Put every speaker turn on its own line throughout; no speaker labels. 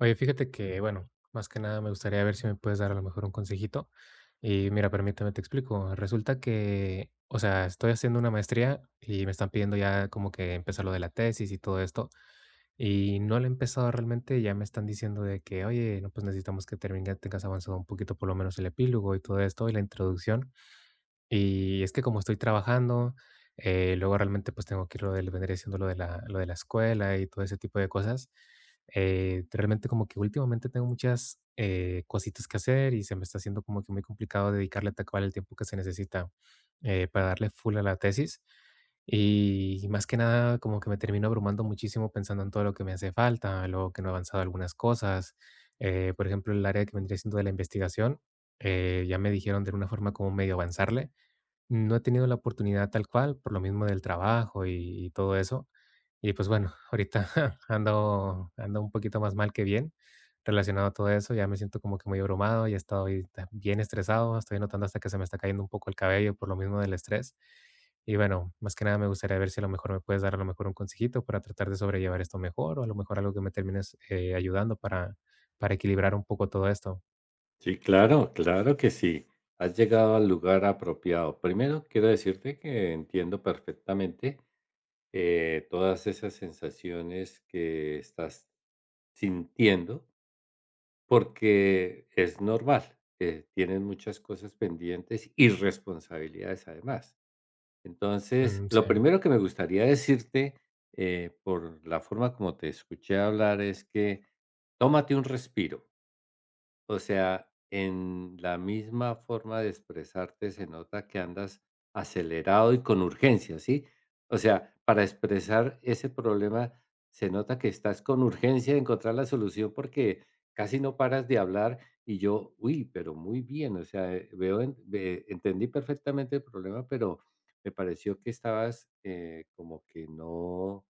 Oye, fíjate que, bueno, más que nada me gustaría ver si me puedes dar a lo mejor un consejito. Y mira, permíteme, te explico. Resulta que, o sea, estoy haciendo una maestría y me están pidiendo ya como que empezar lo de la tesis y todo esto. Y no lo he empezado realmente, ya me están diciendo de que, oye, no, pues necesitamos que termine, tengas avanzado un poquito por lo menos el epílogo y todo esto y la introducción. Y es que como estoy trabajando, luego realmente pues tengo que ir lo del, vendría siendo lo de la escuela y todo ese tipo de cosas. Realmente como que últimamente tengo muchas cositas que hacer y se me está haciendo como que muy complicado dedicarle tal cual el tiempo que se necesita para darle full a la tesis. Y más que nada, como que me termino abrumando muchísimo pensando en todo lo que me hace falta, luego que no he avanzado algunas cosas. Por ejemplo, el área que vendría siendo de la investigación, ya me dijeron de una forma como medio avanzarle, no he tenido la oportunidad tal cual, por lo mismo del trabajo y todo eso. Y pues bueno, ahorita ando un poquito más mal que bien relacionado a todo eso. Ya me siento como que muy abrumado, ya estoy bien estresado. Estoy notando hasta que se me está cayendo un poco el cabello por lo mismo del estrés. Y bueno, más que nada me gustaría ver si a lo mejor me puedes dar a lo mejor un consejito para tratar de sobrellevar esto mejor o a lo mejor algo que me termines ayudando para equilibrar un poco todo esto.
Sí, claro, claro que sí. Has llegado al lugar apropiado. Primero, quiero decirte que entiendo perfectamente todas esas sensaciones que estás sintiendo, porque es normal. Tienes muchas cosas pendientes y responsabilidades además. Entonces,
Mm,
lo
sí.
primero que me gustaría decirte, por la forma como te escuché hablar, es que tómate un respiro. O sea, en la misma forma de expresarte se nota que andas acelerado y con urgencia, ¿sí? O sea, para expresar ese problema se nota que estás con urgencia de encontrar la solución porque casi no paras de hablar y yo, uy, pero muy bien, o sea, entendí perfectamente el problema, pero me pareció que estabas como que no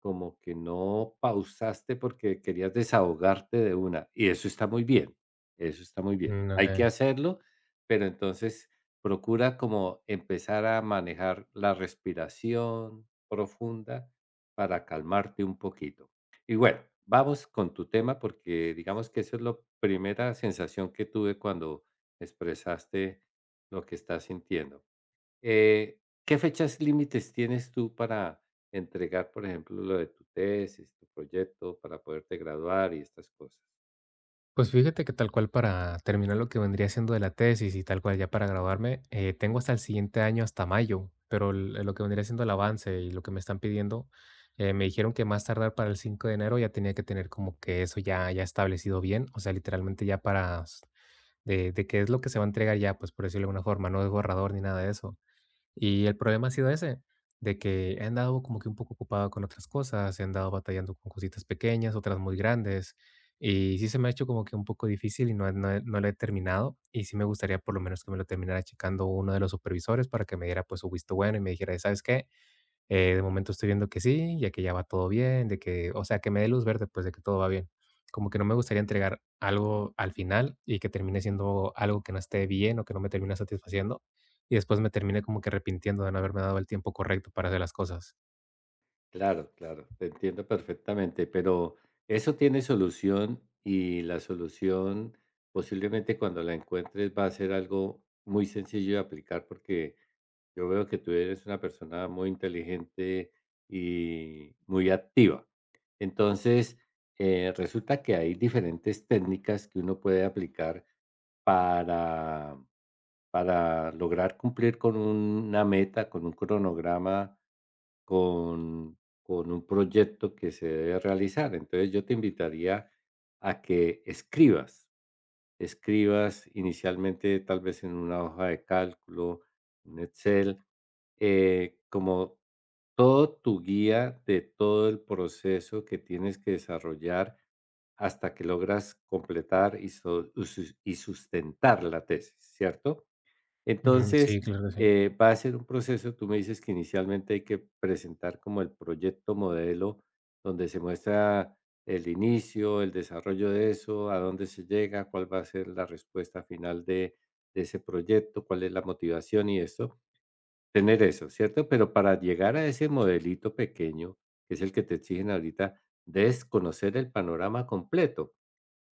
como que no pausaste porque querías desahogarte de una, y eso está muy bien, eso está muy bien.
Mm,
Hay que
ok.
hacerlo, pero entonces procura como empezar a manejar la respiración profunda para calmarte un poquito. Y bueno, vamos con tu tema porque digamos que esa es la primera sensación que tuve cuando expresaste lo que estás sintiendo. ¿Qué fechas límites tienes tú para entregar, por ejemplo, lo de tu tesis, tu proyecto, para poderte graduar y estas cosas?
Pues fíjate que tal cual para terminar lo que vendría siendo de la tesis y tal cual ya para graduarme, tengo hasta el siguiente año, hasta mayo, pero lo que vendría siendo el avance y lo que me están pidiendo, me dijeron que más tardar para el 5 de enero ya tenía que tener como que eso ya, ya establecido bien, o sea, literalmente ya para de qué es lo que se va a entregar ya, pues por decirlo de alguna forma, no es borrador ni nada de eso. Y el problema ha sido ese, de que he andado como que un poco ocupado con otras cosas, he andado batallando con cositas pequeñas, otras muy grandes, y sí se me ha hecho como que un poco difícil y no lo he terminado, y sí me gustaría por lo menos que me lo terminara checando uno de los supervisores para que me diera pues su visto bueno y me dijera, ¿sabes qué? De momento estoy viendo que sí, ya que ya va todo bien, de que, o sea, que me dé luz verde, pues de que todo va bien. Como que no me gustaría entregar algo al final y que termine siendo algo que no esté bien o que no me termine satisfaciendo y después me termine como que arrepintiendo de no haberme dado el tiempo correcto para hacer las cosas.
Claro, claro, te entiendo perfectamente, pero eso tiene solución y la solución posiblemente cuando la encuentres va a ser algo muy sencillo de aplicar porque yo veo que tú eres una persona muy inteligente y muy activa. Entonces, resulta que hay diferentes técnicas que uno puede aplicar para, para lograr cumplir con una meta, con un cronograma, con un proyecto que se debe realizar. Entonces, yo te invitaría a que escribas inicialmente tal vez en una hoja de cálculo, en Excel, como todo tu guía de todo el proceso que tienes que desarrollar hasta que logras completar y sustentar la tesis, ¿cierto?
Mm, sí,
Entonces,
claro que sí.
va a ser un proceso, tú me dices que inicialmente hay que presentar como el proyecto modelo donde se muestra el inicio, el desarrollo de eso, a dónde se llega, cuál va a ser la respuesta final de ese proyecto, cuál es la motivación y eso. Tener eso, ¿cierto? Pero para llegar a ese modelito pequeño, que es el que te exigen ahorita, debes conocer el panorama completo.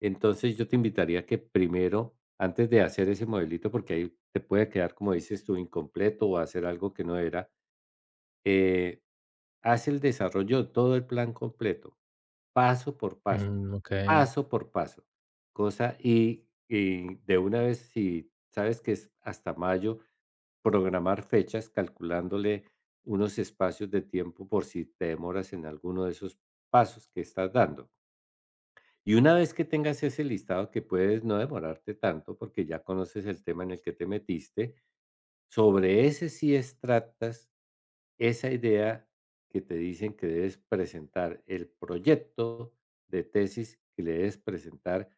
Entonces, yo te invitaría que primero, antes de hacer ese modelito, porque ahí te puede quedar, como dices tú, incompleto o hacer algo que no era, eh, haz el desarrollo de todo el plan completo, paso por paso,
Mm,
paso por paso. Cosa y de una vez, si sabes que es hasta mayo, programar fechas calculándole unos espacios de tiempo por si te demoras en alguno de esos pasos que estás dando. Y una vez que tengas ese listado, que puedes no demorarte tanto porque ya conoces el tema en el que te metiste, sobre ese sí extractas esa idea que te dicen que debes presentar, el proyecto de tesis que le debes presentar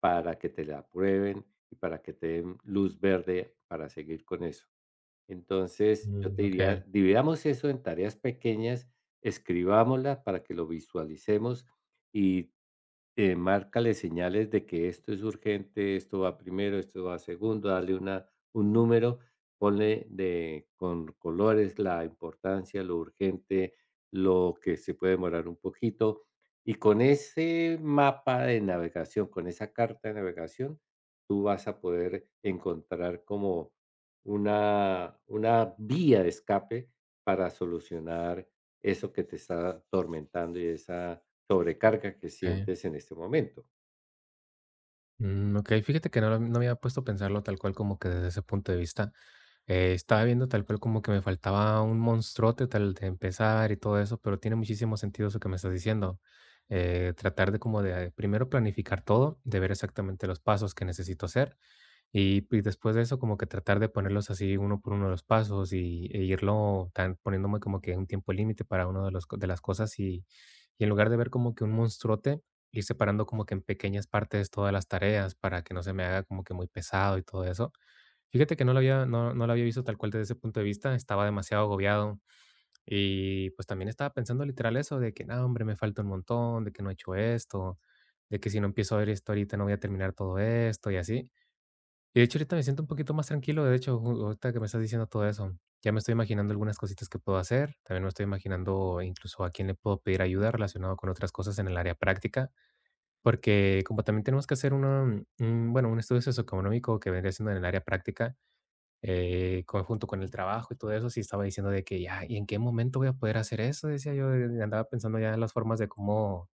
para que te la aprueben y para que te den luz verde para seguir con eso. Entonces, yo
mm,
te
ok,
diría, dividamos eso en tareas pequeñas, escribámosla para que lo visualicemos y márcale señales de que esto es urgente, esto va primero, esto va segundo, dale un número, ponle con colores la importancia, lo urgente, lo que se puede demorar un poquito. Y con ese mapa de navegación, con esa carta de navegación, tú vas a poder encontrar como una vía de escape para solucionar eso que te está atormentando y esa sobrecarga que
ok.
sientes en este momento.
Mm, ok, fíjate que no, no me había puesto a pensarlo tal cual como que desde ese punto de vista. Estaba viendo tal cual como que me faltaba un monstruote tal de empezar y todo eso, pero tiene muchísimo sentido eso que me estás diciendo. Tratar de como de primero planificar todo, de ver exactamente los pasos que necesito hacer y después de eso como que tratar de ponerlos así uno por uno los pasos y, e irlo tan, poniéndome como que un tiempo límite para uno de, los, de las cosas y en lugar de ver como que un monstruote, ir separando como que en pequeñas partes todas las tareas para que no se me haga como que muy pesado y todo eso. Fíjate que no lo había visto tal cual desde ese punto de vista, estaba demasiado agobiado y, pues, también estaba pensando literal eso de que: "No, hombre, me falta un montón, de que no he hecho esto, de que si no empiezo a ver esto ahorita no voy a terminar todo esto", y así. Y de hecho ahorita me siento un poquito más tranquilo, de hecho, ju ahorita que me estás diciendo todo eso, ya me estoy imaginando algunas cositas que puedo hacer, también me estoy imaginando incluso a quién le puedo pedir ayuda relacionado con otras cosas en el área práctica, porque como también tenemos que hacer una, mm, bueno, un estudio socioeconómico que vendría siendo en el área práctica, junto con el trabajo y todo eso, sí estaba diciendo de que ya, ¿y en qué momento voy a poder hacer eso? Decía yo, andaba pensando ya en las formas de cómo,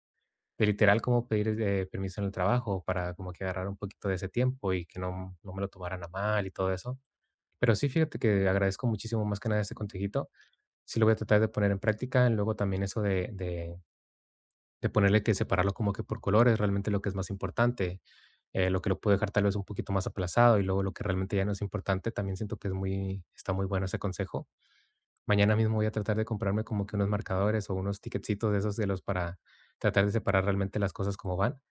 de literal, cómo pedir permiso en el trabajo para como que agarrar un poquito de ese tiempo y que no me lo tomaran a mal y todo eso. Pero sí, fíjate que agradezco muchísimo más que nada este consejito. Sí lo voy a tratar de poner en práctica. Luego también eso de ponerle que separarlo como que por colores, realmente lo que es más importante, lo que lo puedo dejar tal vez un poquito más aplazado y luego lo que realmente ya no es importante, también siento que es muy está muy bueno ese consejo. Mañana mismo voy a tratar de comprarme como que unos marcadores o unos ticketcitos de esos de los para tratar de separar realmente las cosas como van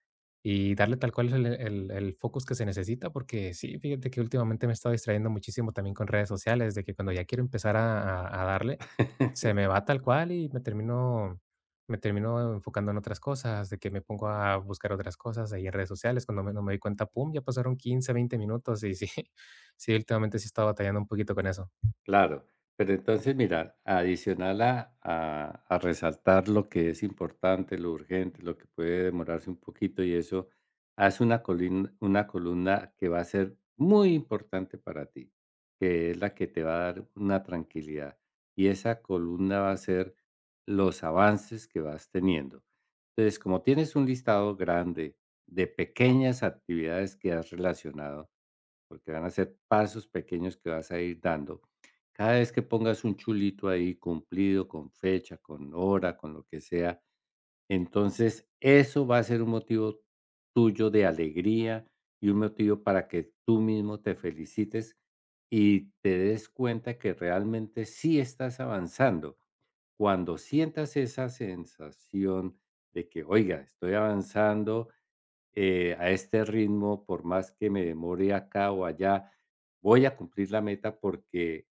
y darle tal cual el focus que se necesita, porque sí, fíjate que últimamente me he estado distrayendo muchísimo también con redes sociales, de que cuando ya quiero empezar a darle, se me va tal cual y me termino enfocando en otras cosas, de que me pongo a buscar otras cosas ahí en redes sociales, cuando me, no me doy cuenta, pum, ya pasaron 15, 20 minutos y sí, sí, últimamente sí he estado batallando un poquito con eso.
Claro. Pero entonces, mira, adicional a resaltar lo que es importante, lo urgente, lo que puede demorarse un poquito y eso, haz una colin una columna que va a ser muy importante para ti, que es la que te va a dar una tranquilidad. Y esa columna va a ser los avances que vas teniendo. Entonces, como tienes un listado grande de pequeñas actividades que has relacionado porque van a ser pasos pequeños que vas a ir dando. Cada vez que pongas un chulito ahí cumplido, con fecha, con hora, con lo que sea, entonces eso va a ser un motivo tuyo de alegría y un motivo para que tú mismo te felicites y te des cuenta que realmente sí estás avanzando. Cuando sientas esa sensación de que, oiga, estoy avanzando, a este ritmo, por más que me demore acá o allá, voy a cumplir la meta porque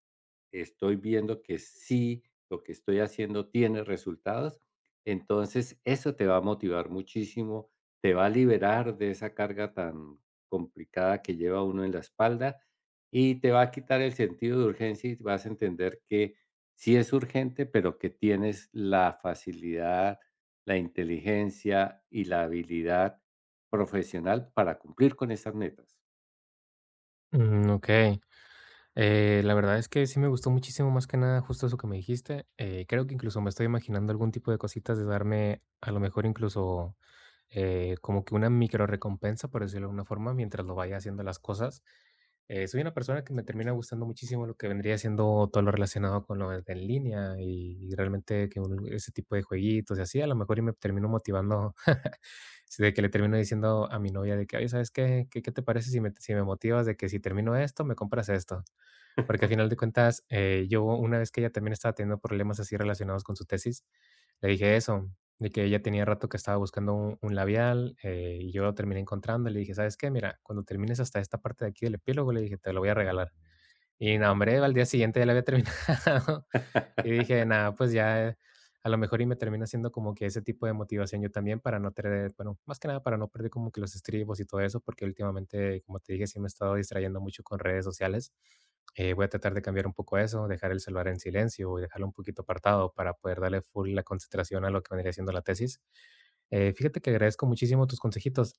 estoy viendo que sí, lo que estoy haciendo tiene resultados. Entonces, eso te va a motivar muchísimo, te va a liberar de esa carga tan complicada que lleva uno en la espalda y te va a quitar el sentido de urgencia y vas a entender que sí es urgente, pero que tienes la facilidad, la inteligencia y la habilidad profesional para cumplir con esas metas.
Mm, ok. La verdad es que sí me gustó muchísimo, más que nada, justo eso que me dijiste. Creo que incluso me estoy imaginando algún tipo de cositas de darme, a lo mejor incluso como que una micro recompensa, por decirlo de alguna forma, mientras lo vaya haciendo las cosas. Soy una persona que me termina gustando muchísimo lo que vendría siendo todo lo relacionado con lo de en línea y realmente que ese tipo de jueguitos y así, a lo mejor y me termino motivando. Sí, de que le termino diciendo a mi novia de que: "Oye, ¿sabes qué? ¿Qué te parece si me motivas de que si termino esto, me compras esto?". Porque al final de cuentas, yo una vez que ella también estaba teniendo problemas así relacionados con su tesis, le dije eso, de que ella tenía rato que estaba buscando un labial, y yo lo terminé encontrando, le dije: "¿Sabes qué? Mira, cuando termines hasta esta parte de aquí del epílogo", le dije: "Te lo voy a regalar". Y no, hombre, al día siguiente ya lo había terminado. Y dije: nada pues ya, a lo mejor y me termina siendo como que ese tipo de motivación yo también para no tener, bueno, más que nada para no perder como que los estribos y todo eso", porque últimamente, como te dije, sí me he estado distrayendo mucho con redes sociales. Voy a tratar de cambiar un poco eso, dejar el celular en silencio y dejarlo un poquito apartado para poder darle full la concentración a lo que vendría siendo la tesis. Fíjate que agradezco muchísimo tus consejitos.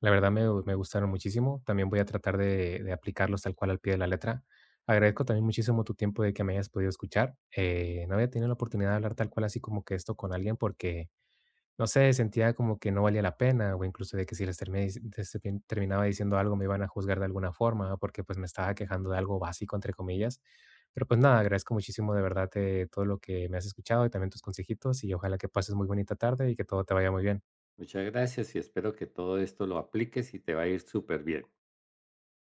La verdad me gustaron muchísimo. También voy a tratar de aplicarlos tal cual al pie de la letra. Agradezco también muchísimo tu tiempo de que me hayas podido escuchar. No había tenido la oportunidad de hablar tal cual así como que esto con alguien porque, no sé, sentía como que no valía la pena o incluso de que si les terminé dic- des- termin- terminaba diciendo algo me iban a juzgar de alguna forma porque pues me estaba quejando de algo básico, entre comillas. Pero pues nada, agradezco muchísimo de verdad todo lo que me has escuchado y también tus consejitos y ojalá que pases muy bonita tarde y que todo te vaya muy bien.
Muchas gracias y espero que todo esto lo apliques y te va a ir súper bien.